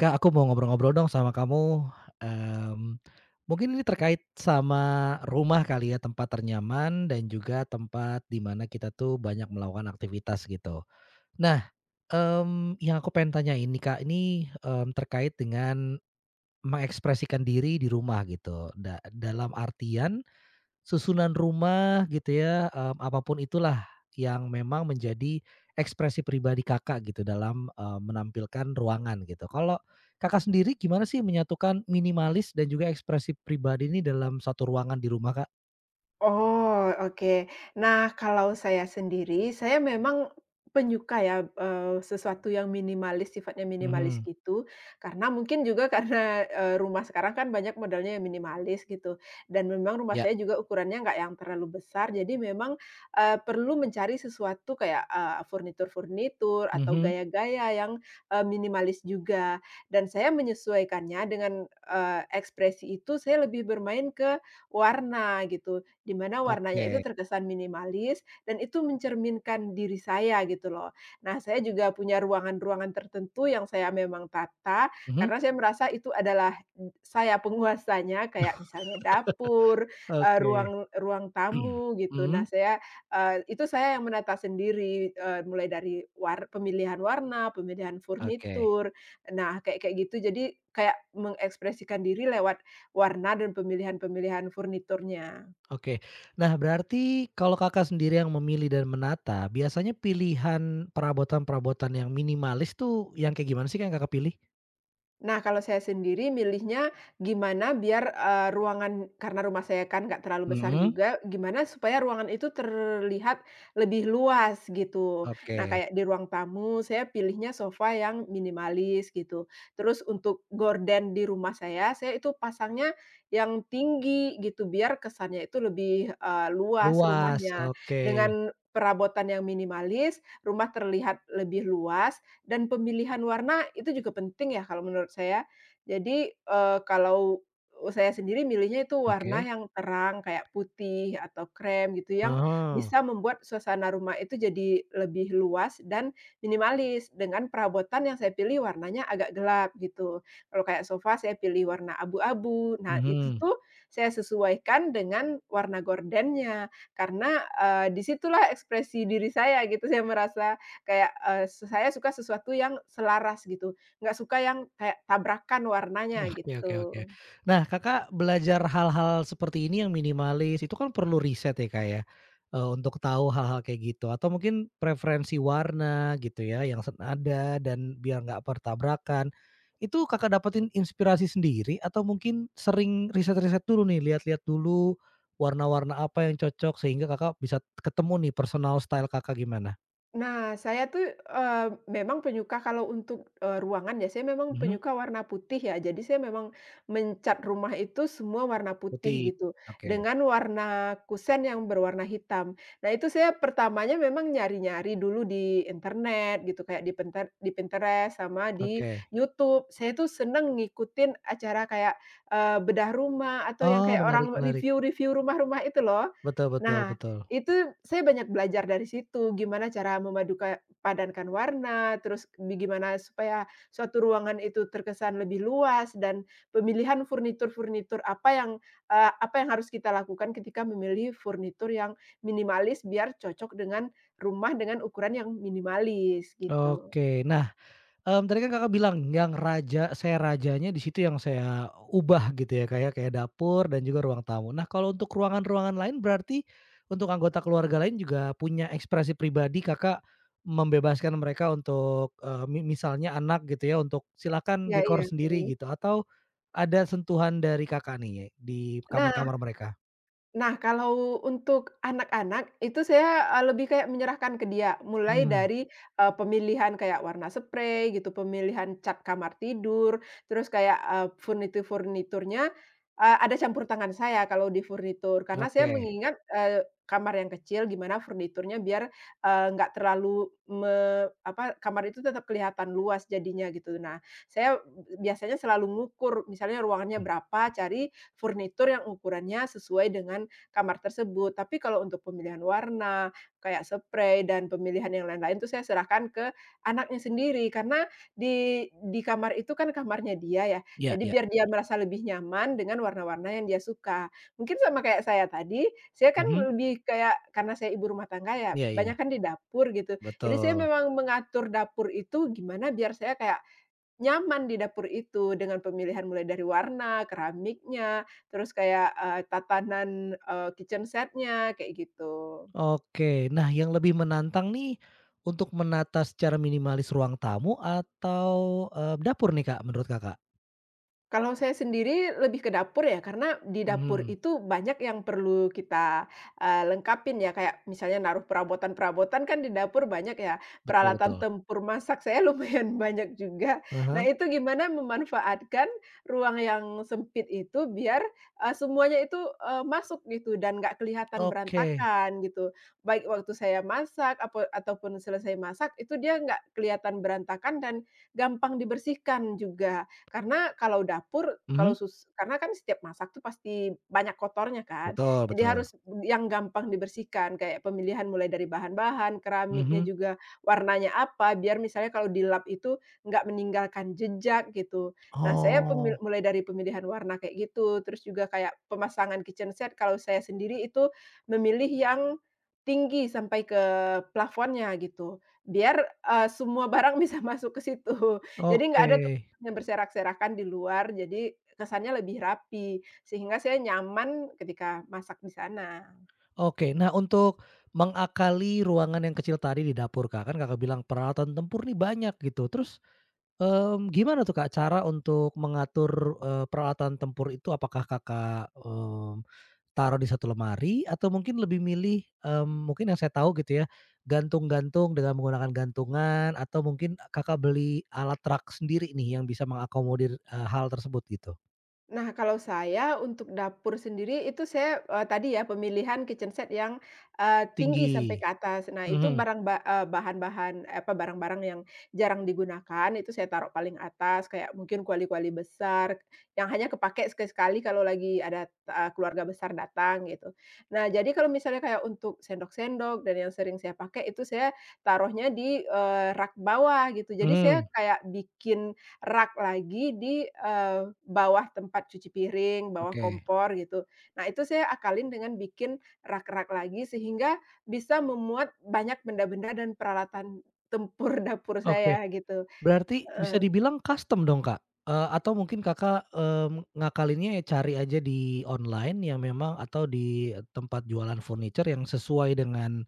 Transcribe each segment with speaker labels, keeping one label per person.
Speaker 1: Kak, aku mau ngobrol-ngobrol dong sama kamu, mmm, mungkin ini terkait sama rumah kali ya, tempat ternyaman dan juga tempat di mana kita tuh banyak melakukan aktivitas gitu. Nah, yang aku pengen tanyain nih Kak, ini, terkait dengan mengekspresikan diri di rumah gitu, dalam artian susunan rumah gitu ya, apa itulah yang memang menjadi ekspresi pribadi Kakak gitu dalam, menampilkan ruangan gitu. Kalau Kakak sendiri gimana sih menyatukan minimalis dan juga ekspresi pribadi ini dalam satu ruangan di rumah, Kak?
Speaker 2: Oh, oke. Nah, kalau saya sendiri, saya memang penyuka ya, sesuatu yang minimalis, sifatnya minimalis
Speaker 1: Mhm,
Speaker 2: gitu. Karena mungkin juga karena, rumah sekarang kan banyak modelnya yang minimalis gitu, dan memang rumah
Speaker 1: ya,
Speaker 2: saya juga ukurannya nggak yang terlalu besar, jadi memang, perlu mencari sesuatu kayak, furnitur-furnitur atau
Speaker 1: mhm,
Speaker 2: gaya-gaya yang, minimalis juga. Dan saya menyesuaikannya dengan, ekspresi itu, saya lebih bermain ke warna gitu. Di mana warnanya itu
Speaker 1: oke,
Speaker 2: terkesan minimalis dan itu mencerminkan diri saya gitu loh. Nah, saya juga punya ruangan-ruangan tertentu yang saya memang tata
Speaker 1: mhm,
Speaker 2: karena saya merasa itu adalah saya penguasanya, kayak misalnya dapur, eee,
Speaker 1: oke,
Speaker 2: ruang ruang tamu gitu. Nah,
Speaker 1: mhm,
Speaker 2: saya, itu saya yang menata sendiri, mulai dari pemilihan warna, pemilihan
Speaker 1: oke,
Speaker 2: furnitur, nah kayak kayak gitu. Jadi kayak mengekspresikan diri lewat warna dan pemilihan-pemilihan furniturnya.
Speaker 1: oke. Nah, berarti kalau Kakak sendiri yang memilih dan menata, biasanya pilihan perabotan-perabotan yang minimalis tuh yang kayak gimana sih, Kak, yang Kakak pilih?
Speaker 2: Nah, kalau saya sendiri milihnya gimana biar, ruangan karena rumah saya kan nggak terlalu besar
Speaker 1: Mhm,
Speaker 2: juga, gimana supaya ruangan itu terlihat lebih luas gitu. Nah,
Speaker 1: oke.
Speaker 2: kayak di ruang tamu saya pilihnya sofa yang minimalis gitu. Terus untuk gorden di rumah saya itu pasangnya yang tinggi gitu biar kesannya itu lebih, luas
Speaker 1: Luas,
Speaker 2: rumahnya.
Speaker 1: oke,
Speaker 2: Dengan perabotan yang minimalis, rumah terlihat lebih luas dan pemilihan warna itu juga penting ya kalau menurut saya. Jadi, kalau saya sendiri milihnya itu warna
Speaker 1: oke.
Speaker 2: yang terang kayak putih atau krem gitu yang
Speaker 1: Oh,
Speaker 2: bisa membuat suasana rumah itu jadi lebih luas dan minimalis dengan perabotan yang saya pilih warnanya agak gelap gitu. Kalau kayak sofa saya pilih warna abu-abu. Nah itu
Speaker 1: mhm.
Speaker 2: tuh saya sesuaikan dengan warna gordennya karena, di situlah ekspresi diri saya gitu saya merasa. Kayak, eee, se saya suka sesuatu yang selaras gitu, nggak suka yang kayak tabrakan warnanya
Speaker 1: Oke, oke, oke.
Speaker 2: gitu.
Speaker 1: Nah, Kakak belajar hal-hal seperti ini yang minimalis itu kan perlu riset ya, Kak, ya, untuk tahu hal-hal kayak gitu atau mungkin preferensi warna gitu ya yang senada dan biar nggak bertabrakan. Itu Kakak dapetin inspirasi sendiri atau mungkin sering riset-riset dulu nih, lihat-lihat dulu warna-warna apa yang cocok sehingga Kakak bisa ketemu nih personal style Kakak gimana?
Speaker 2: Nah, saya tuh, memang penyuka kalau untuk, ruangan ya, saya memang
Speaker 1: Mhm.
Speaker 2: penyuka warna putih ya. Jadi saya memang mencat rumah itu semua warna putih
Speaker 1: Putih,
Speaker 2: gitu,
Speaker 1: oke,
Speaker 2: dengan warna kusen yang berwarna hitam. Nah, itu saya pertamanya memang nyari-nyari dulu di internet gitu, kayak di penter di Pinterest sama di
Speaker 1: oke.
Speaker 2: YouTube. Saya tuh seneng ngikutin acara kayak, bedah rumah atau yang
Speaker 1: Oh,
Speaker 2: kayak
Speaker 1: menarik,
Speaker 2: orang
Speaker 1: menarik.
Speaker 2: review-review rumah-rumah itu loh.
Speaker 1: Betul, betul,
Speaker 2: Nah,
Speaker 1: betul.
Speaker 2: itu saya banyak belajar dari situ, gimana cara memaduka padankan warna, terus gimana supaya suatu ruangan itu terkesan lebih luas dan pemilihan furnitur-furnitur apa yang, apa yang harus kita lakukan ketika memilih furnitur yang minimalis biar cocok dengan rumah dengan ukuran yang minimalis gitu.
Speaker 1: Oke, nah, tadi kan Kakak bilang yang rajanya di situ yang saya ubah gitu ya, kayak kayak dapur dan juga ruang tamu. Nah, kalau untuk ruangan-ruangan lain berarti untuk anggota keluarga lain juga punya ekspresi pribadi Kakak membebaskan mereka untuk, misalnya anak gitu ya, untuk silakan
Speaker 2: Iya, iya,
Speaker 1: dekor sendiri
Speaker 2: mhm.
Speaker 1: gitu atau ada sentuhan dari Kakak nih di
Speaker 2: Nah
Speaker 1: kamar-kamar mereka?
Speaker 2: Nah, kalau untuk anak-anak itu saya, lebih kayak menyerahkan ke dia, mulai
Speaker 1: Mhm,
Speaker 2: dari, pemilihan kayak warna spray gitu, pemilihan cat kamar tidur, terus kayak, furnitur-furniturnya, ada campur tangan saya kalau di furnitur, karena saya
Speaker 1: oke.
Speaker 2: mengingat, kamar yang kecil gimana furniturnya biar, nggak terlalu apa, kamar itu tetap kelihatan luas jadinya gitu. Nah, saya biasanya selalu ngukur misalnya ruangannya berapa, cari furnitur yang ukurannya sesuai dengan kamar tersebut. Tapi kalau untuk pemilihan warna, kayak spray dan pemilihan yang lain-lain itu saya serahkan ke anaknya sendiri karena di kamar itu kan kamarnya dia ya.
Speaker 1: Iya,
Speaker 2: Jadi
Speaker 1: iya.
Speaker 2: biar dia merasa lebih nyaman dengan warna-warna yang dia suka. Mungkin sama kayak saya tadi, saya kan
Speaker 1: Mhm.
Speaker 2: lebih kayak karena saya ibu rumah tangga ya,
Speaker 1: Iya, iya,
Speaker 2: banyak kan di dapur gitu. Jadi saya
Speaker 1: betul.
Speaker 2: memang mengatur dapur itu gimana biar saya kayak nyaman di dapur itu dengan pemilihan mulai dari warna, keramiknya, terus kayak, tatanan, kitchen set-nya, kayak gitu.
Speaker 1: Oke. Nah, yang lebih menantang nih, untuk menata secara minimalis ruang tamu atau, dapur nih, Kak, menurut Kakak?
Speaker 2: Kalau saya sendiri lebih ke dapur ya, karena di dapur
Speaker 1: Mhm,
Speaker 2: itu banyak yang perlu kita, lengkapin ya, kayak misalnya naruh perabotan-perabotan kan di dapur banyak ya,
Speaker 1: betul,
Speaker 2: peralatan
Speaker 1: betul.
Speaker 2: tempur masak saya lumayan banyak juga.
Speaker 1: Ah hah,
Speaker 2: Nah itu gimana memanfaatkan ruang yang sempit itu biar, semuanya itu, masuk gitu dan nggak kelihatan
Speaker 1: oke.
Speaker 2: berantakan gitu. Baik waktu saya masak apo ataupun selesai masak itu dia nggak kelihatan berantakan dan gampang dibersihkan juga. Karena kalau dapur, kalau
Speaker 1: Mhm?
Speaker 2: karena kan setiap masak tuh pasti banyak kotornya kan,
Speaker 1: Betul,
Speaker 2: jadi
Speaker 1: betul.
Speaker 2: harus yang gampang dibersihkan, kayak pemilihan mulai dari bahan-bahan, keramiknya
Speaker 1: Mhm.
Speaker 2: juga warnanya apa, biar misalnya kalau di lap itu nggak meninggalkan jejak gitu. Nah, saya
Speaker 1: Oh,
Speaker 2: mulai dari pemilihan warna kayak gitu, terus juga kayak pemasangan kitchen set kalau saya sendiri itu memilih yang tinggi sampai ke plafonnya gitu, biar, semua barang bisa masuk ke situ. Jadi nggak
Speaker 1: oke.
Speaker 2: ada yang berserak-serakan di luar, jadi kesannya lebih rapi, sehingga saya nyaman ketika masak di sana.
Speaker 1: Oke, nah, untuk mengakali ruangan yang kecil tadi di dapur, Kak, kan Kakak bilang peralatan tempur nih banyak gitu, terus, gimana tuh Kak cara untuk mengatur, peralatan tempur itu? Apakah Kakak, taruh di satu lemari atau mungkin lebih milih, mungkin yang saya tahu gitu ya, gantung-gantung dengan menggunakan gantungan atau mungkin Kakak beli alat rak sendiri nih yang bisa mengakomodir, hal tersebut gitu?
Speaker 2: Nah, kalau saya untuk dapur sendiri itu saya, tadi ya pemilihan kitchen set yang, tinggi sampai ke
Speaker 1: Tinggi.
Speaker 2: atas. Nah, itu
Speaker 1: Mhm,
Speaker 2: bahan-bahan, apa, barang-barang yang jarang digunakan itu saya taruh paling atas, kayak mungkin kuali-kuali besar yang hanya kepake sekali-sekali kalau lagi ada, keluarga besar datang gitu. Nah, jadi kalau misalnya kayak untuk sendok-sendok dan yang sering saya pakai itu saya taruhnya di, rak bawah gitu. Jadi saya
Speaker 1: mhm.
Speaker 2: kayak bikin rak lagi di, bawah tempat cuci piring, bawah
Speaker 1: Oke.
Speaker 2: kompor gitu. Nah itu saya akalin dengan bikin rak-rak lagi sehingga bisa memuat banyak benda-benda dan peralatan tempur dapur
Speaker 1: Oke.
Speaker 2: saya gitu,
Speaker 1: Berarti bisa
Speaker 2: heeh.
Speaker 1: dibilang custom dong, Kak? Atau mungkin Kakak, ngakalinnya ya cari aja di online yang memang atau di tempat jualan furniture yang sesuai dengan,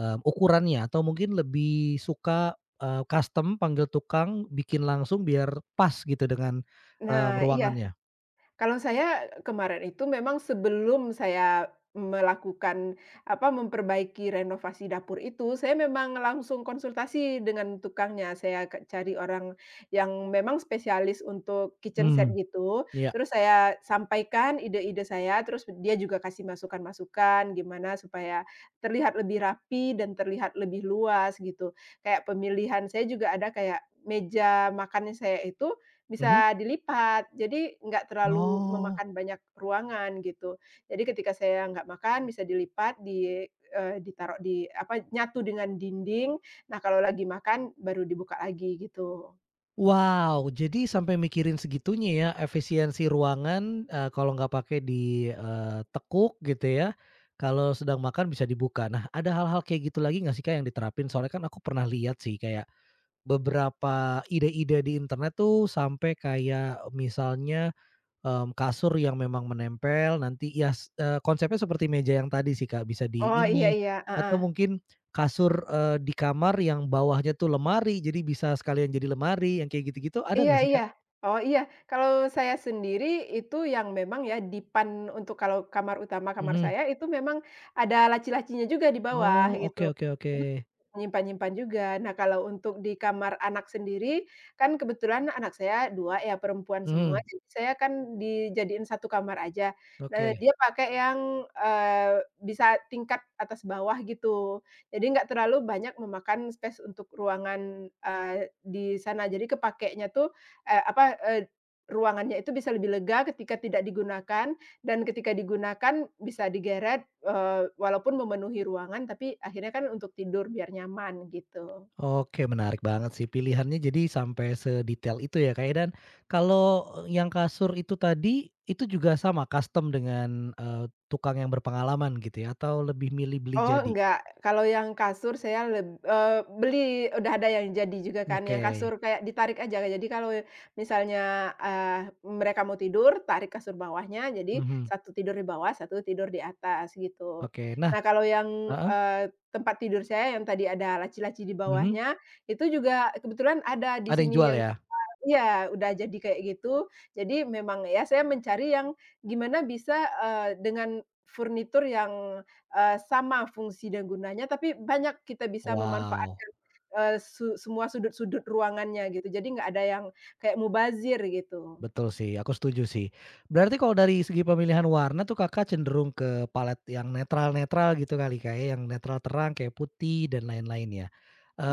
Speaker 1: ukurannya atau mungkin lebih suka, custom panggil tukang bikin langsung biar pas gitu dengan,
Speaker 2: Nah, iya.
Speaker 1: ruangannya?
Speaker 2: Kalau saya kemarin itu memang sebelum saya melakukan, apa, memperbaiki renovasi dapur itu, saya memang langsung konsultasi dengan tukangnya. Saya cari orang yang memang spesialis untuk kitchen
Speaker 1: Mmm,
Speaker 2: set gitu,
Speaker 1: iya,
Speaker 2: terus saya sampaikan ide-ide saya, terus dia juga kasih masukan-masukan gimana supaya terlihat lebih rapi dan terlihat lebih luas gitu. Kayak pemilihan saya juga ada kayak meja makannya saya itu
Speaker 1: mhm.
Speaker 2: bisa dilipat, jadi nggak terlalu
Speaker 1: Oh.
Speaker 2: memakan banyak ruangan gitu. Jadi ketika saya nggak makan bisa dilipat di ditaruh di apa, nyatu dengan dinding. Nah, kalau lagi makan baru dibuka lagi gitu.
Speaker 1: Wow, jadi sampai mikirin segitunya ya efisiensi ruangan, kalau nggak pakai di, tekuk gitu ya, kalau sedang makan bisa dibuka. Nah, ada hal-hal kayak gitu lagi nggak sih, Kak, yang diterapin? Soalnya kan aku pernah lihat sih kayak beberapa ide-ide di internet tuh sampai kayak misalnya, kasur yang memang menempel nanti ya konsepnya seperti meja yang tadi sih, Kak, bisa di
Speaker 2: Oh, iya,
Speaker 1: ini,
Speaker 2: iya,
Speaker 1: atau
Speaker 2: heeh.
Speaker 1: mungkin kasur, di kamar yang bawahnya tuh lemari, jadi bisa sekalian jadi lemari, yang kayak gitu-gitu ada
Speaker 2: Iya,
Speaker 1: nggak sih,
Speaker 2: iya.
Speaker 1: Kak?
Speaker 2: Oh, iya. Kalau saya sendiri itu yang memang ya dipan untuk kalau kamar utama kamar
Speaker 1: Mhm.
Speaker 2: saya itu memang ada laci-lacinya juga di bawah
Speaker 1: Oh,
Speaker 2: gitu.
Speaker 1: oke, oke, oke.
Speaker 2: Itu nyimpan-nyimpan juga. Nah, kalau untuk di kamar anak sendiri, kan kebetulan anak saya 2 ya perempuan semua,
Speaker 1: Mhm,
Speaker 2: jadi saya kan dijadiin satu kamar aja. Nah,
Speaker 1: oke.
Speaker 2: dia pakai yang, eee, bisa tingkat atas bawah gitu. Jadi nggak terlalu banyak memakan space untuk ruangan, di sana. Jadi kepakainya tuh, apa, eee, ruangannya itu bisa lebih lega ketika tidak digunakan dan ketika digunakan bisa digeret, walaupun memenuhi ruangan tapi akhirnya kan untuk tidur biar nyaman gitu.
Speaker 1: Oke, menarik banget sih pilihannya jadi sampai sedetail itu ya, Kak, ya, dan kalau yang kasur itu tadi, itu juga sama custom dengan, eee, tukang yang berpengalaman gitu ya, atau lebih milih beli
Speaker 2: Oh,
Speaker 1: jadi?
Speaker 2: enggak. Kalau yang kasur saya beli udah ada yang jadi juga kan, yang
Speaker 1: Oke.
Speaker 2: kasur kayak ditarik aja. Jadi kalau misalnya, mereka mau tidur, tarik kasur bawahnya, jadi
Speaker 1: Mhm,
Speaker 2: satu tidur di bawah, satu tidur di atas, gitu.
Speaker 1: oke. Nah,
Speaker 2: Nah, kalau yang,
Speaker 1: heeh,
Speaker 2: tempat tidur saya yang tadi ada laci-laci di
Speaker 1: mhm,
Speaker 2: bawahnya, itu juga kebetulan ada di
Speaker 1: ada yang
Speaker 2: sini
Speaker 1: jual
Speaker 2: yang,
Speaker 1: ya?
Speaker 2: iya, udah jadi kayak gitu. Jadi memang ya saya mencari yang gimana bisa, dengan furnitur yang, sama fungsi dan gunanya, tapi banyak kita bisa
Speaker 1: Wow,
Speaker 2: memanfaatkan, eee, su semua sudut-sudut ruangannya gitu. Jadi nggak ada yang kayak mubazir gitu.
Speaker 1: betul sih, aku setuju sih. Berarti kalau dari segi pemilihan warna tuh Kakak cenderung ke palet yang netral-netral gitu kali Kak ya, yang netral terang kayak putih dan lain-lain ya?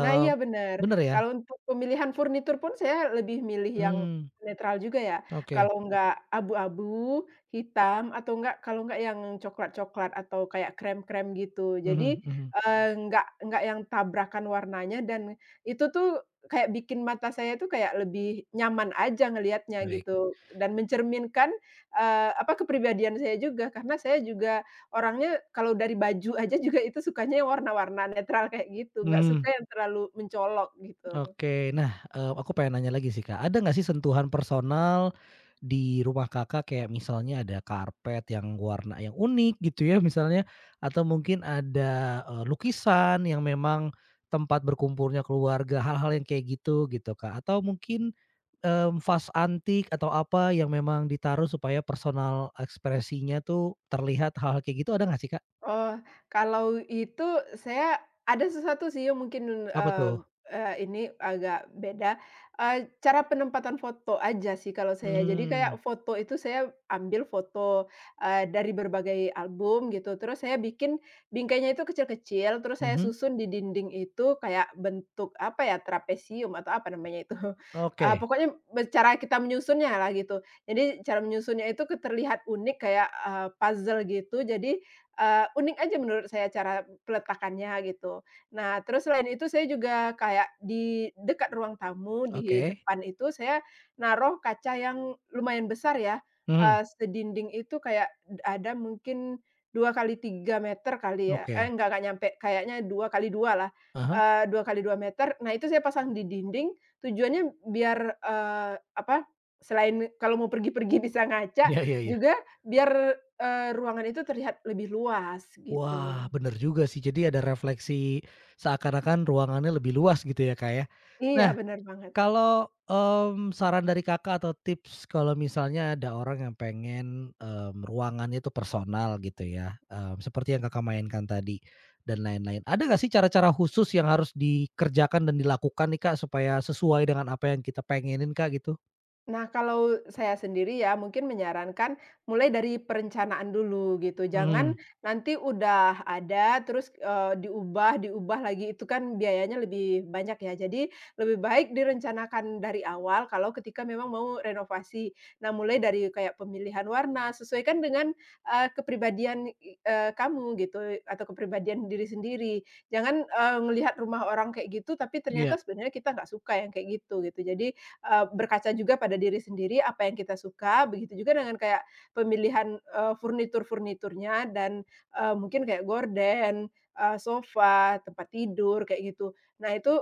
Speaker 2: Nah, iya bener,
Speaker 1: bener ya?
Speaker 2: kalau untuk pemilihan furnitur pun saya lebih milih yang
Speaker 1: Mmm,
Speaker 2: netral juga ya,
Speaker 1: oke.
Speaker 2: kalau nggak abu-abu, hitam, atau nggak kalau nggak yang coklat-coklat atau kayak krem-krem gitu. Jadi,
Speaker 1: Mhm, mhm,
Speaker 2: eee, nggak yang tabrakan warnanya dan itu tuh kayak bikin mata saya tuh kayak lebih nyaman aja ngelihatnya
Speaker 1: baik.
Speaker 2: gitu dan mencerminkan, apa, kepribadian saya juga karena saya juga orangnya kalau dari baju aja juga itu sukanya yang warna-warna netral kayak gitu, nggak suka
Speaker 1: Mhm.
Speaker 2: yang terlalu mencolok gitu.
Speaker 1: Oke. Nah, aku pengen nanya lagi sih, Kak. Ada nggak sih sentuhan personal di rumah Kakak, kayak misalnya ada karpet yang warna yang unik gitu ya misalnya, atau mungkin ada, lukisan yang memang tempat berkumpulnya keluarga, hal-hal yang kayak gitu, gitu, Kak? Atau mungkin, vas antik atau apa yang memang ditaruh supaya personal ekspresinya tuh terlihat, hal-hal kayak gitu ada nggak sih, Kak?
Speaker 2: Oh, kalau itu saya ada sesuatu sih yang mungkin,
Speaker 1: Apa
Speaker 2: eee
Speaker 1: tuh?
Speaker 2: eee, ini agak beda, cara penempatan foto aja sih kalau saya. Jadi kayak
Speaker 1: Mhm,
Speaker 2: foto itu saya ambil foto, dari berbagai album gitu, terus saya bikin bingkainya itu kecil-kecil, terus saya
Speaker 1: mhm.
Speaker 2: susun di dinding itu kayak bentuk apa ya, trapesium atau apa namanya itu,
Speaker 1: Oke,
Speaker 2: pokoknya cara kita menyusunnya lah gitu. Jadi cara menyusunnya itu keterlihat unik kayak, puzzle gitu, jadi unik aja menurut saya cara peletakannya gitu. Nah, terus selain itu saya juga kayak di dekat ruang tamu di
Speaker 1: oke.
Speaker 2: depan itu saya naruh kaca yang lumayan besar ya,
Speaker 1: Mhm,
Speaker 2: sedinding itu kayak ada mungkin 2 kali 3 meter kali ya, eh,
Speaker 1: oke.
Speaker 2: enggak nyampe, kayaknya 2 kali 2 lah,
Speaker 1: Ah hah.
Speaker 2: 2 kali 2 meter. Nah, itu saya pasang di dinding tujuannya biar, apa, selain kalau mau pergi-pergi bisa ngaca,
Speaker 1: Iya, iya, iya.
Speaker 2: juga biar ruangan itu terlihat lebih luas gitu.
Speaker 1: Wah, bener juga sih. Jadi ada refleksi seakan-akan ruangannya lebih luas gitu ya, Kak, ya.
Speaker 2: Iya
Speaker 1: Nah,
Speaker 2: bener banget.
Speaker 1: kalau, saran dari Kakak atau tips kalau misalnya ada orang yang pengen, ruangannya itu personal gitu ya, seperti yang Kakak mainkan tadi dan lain-lain. Ada nggak sih cara-cara khusus yang harus dikerjakan dan dilakukan nih, Kak, supaya sesuai dengan apa yang kita pengenin, Kak, gitu?
Speaker 2: Nah, kalau saya sendiri ya mungkin menyarankan mulai dari perencanaan dulu gitu.
Speaker 1: Hmm.
Speaker 2: Jangan nanti udah ada terus, diubah diubah lagi itu kan biayanya lebih banyak ya. Jadi lebih baik direncanakan dari awal kalau ketika memang mau renovasi. Nah, mulai dari kayak pemilihan warna, sesuaikan dengan, kepribadian kamu gitu atau kepribadian diri sendiri. Jangan, ngelihat rumah orang kayak gitu tapi ternyata
Speaker 1: Iya.
Speaker 2: sebenarnya kita nggak suka yang kayak gitu, gitu. Jadi berkaca juga pada diri sendiri apa yang kita suka, begitu juga dengan kayak pemilihan, furnitur-furniturnya dan, mungkin kayak gorden, sofa, tempat tidur, kayak gitu. Nah itu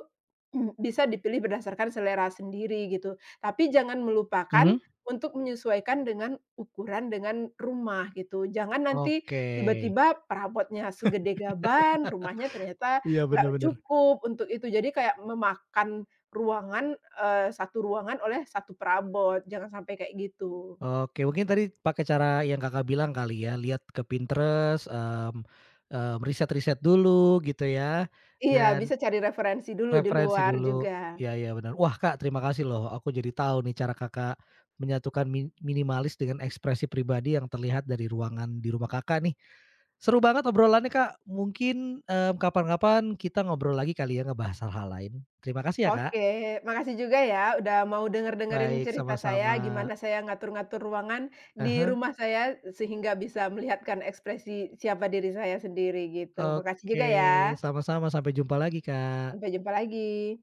Speaker 2: bisa dipilih berdasarkan selera sendiri gitu, tapi jangan melupakan
Speaker 1: Hmm.
Speaker 2: untuk menyesuaikan dengan ukuran dengan rumah gitu. Jangan nanti
Speaker 1: Oke.
Speaker 2: tiba-tiba perabotnya segede gaban, rumahnya ternyata
Speaker 1: Iya,
Speaker 2: nggak
Speaker 1: bener, bener.
Speaker 2: cukup untuk itu. Jadi kayak memakan ruangan, satu ruangan oleh satu perabot, jangan sampai kayak gitu.
Speaker 1: Oke, mungkin tadi pakai cara yang Kakak bilang kali ya, lihat ke Pinterest, riset-riset dulu gitu ya,
Speaker 2: Iya,
Speaker 1: dan
Speaker 2: bisa cari referensi dulu di
Speaker 1: referensi
Speaker 2: luar
Speaker 1: dulu.
Speaker 2: juga.
Speaker 1: Ya, ya benar. Wah Kak, terima kasih loh, aku jadi tahu nih cara Kakak menyatukan minimalis dengan ekspresi pribadi yang terlihat dari ruangan di rumah Kakak nih. Seru banget obrolannya Kak, mungkin, kapan-kapan kita ngobrol lagi kali ya ngebahas hal-hal lain. Terima kasih ya Kak.
Speaker 2: Oke, makasih juga ya udah mau denger-dengerin
Speaker 1: Baik,
Speaker 2: cerita saya,
Speaker 1: sama-sama.
Speaker 2: gimana saya ngatur-ngatur ruangan di
Speaker 1: Heeh.
Speaker 2: rumah saya, sehingga bisa melihatkan ekspresi siapa diri saya sendiri gitu. Makasih
Speaker 1: Oke,
Speaker 2: juga ya,
Speaker 1: sama-sama, sampai jumpa lagi, Kak.
Speaker 2: sampai jumpa lagi.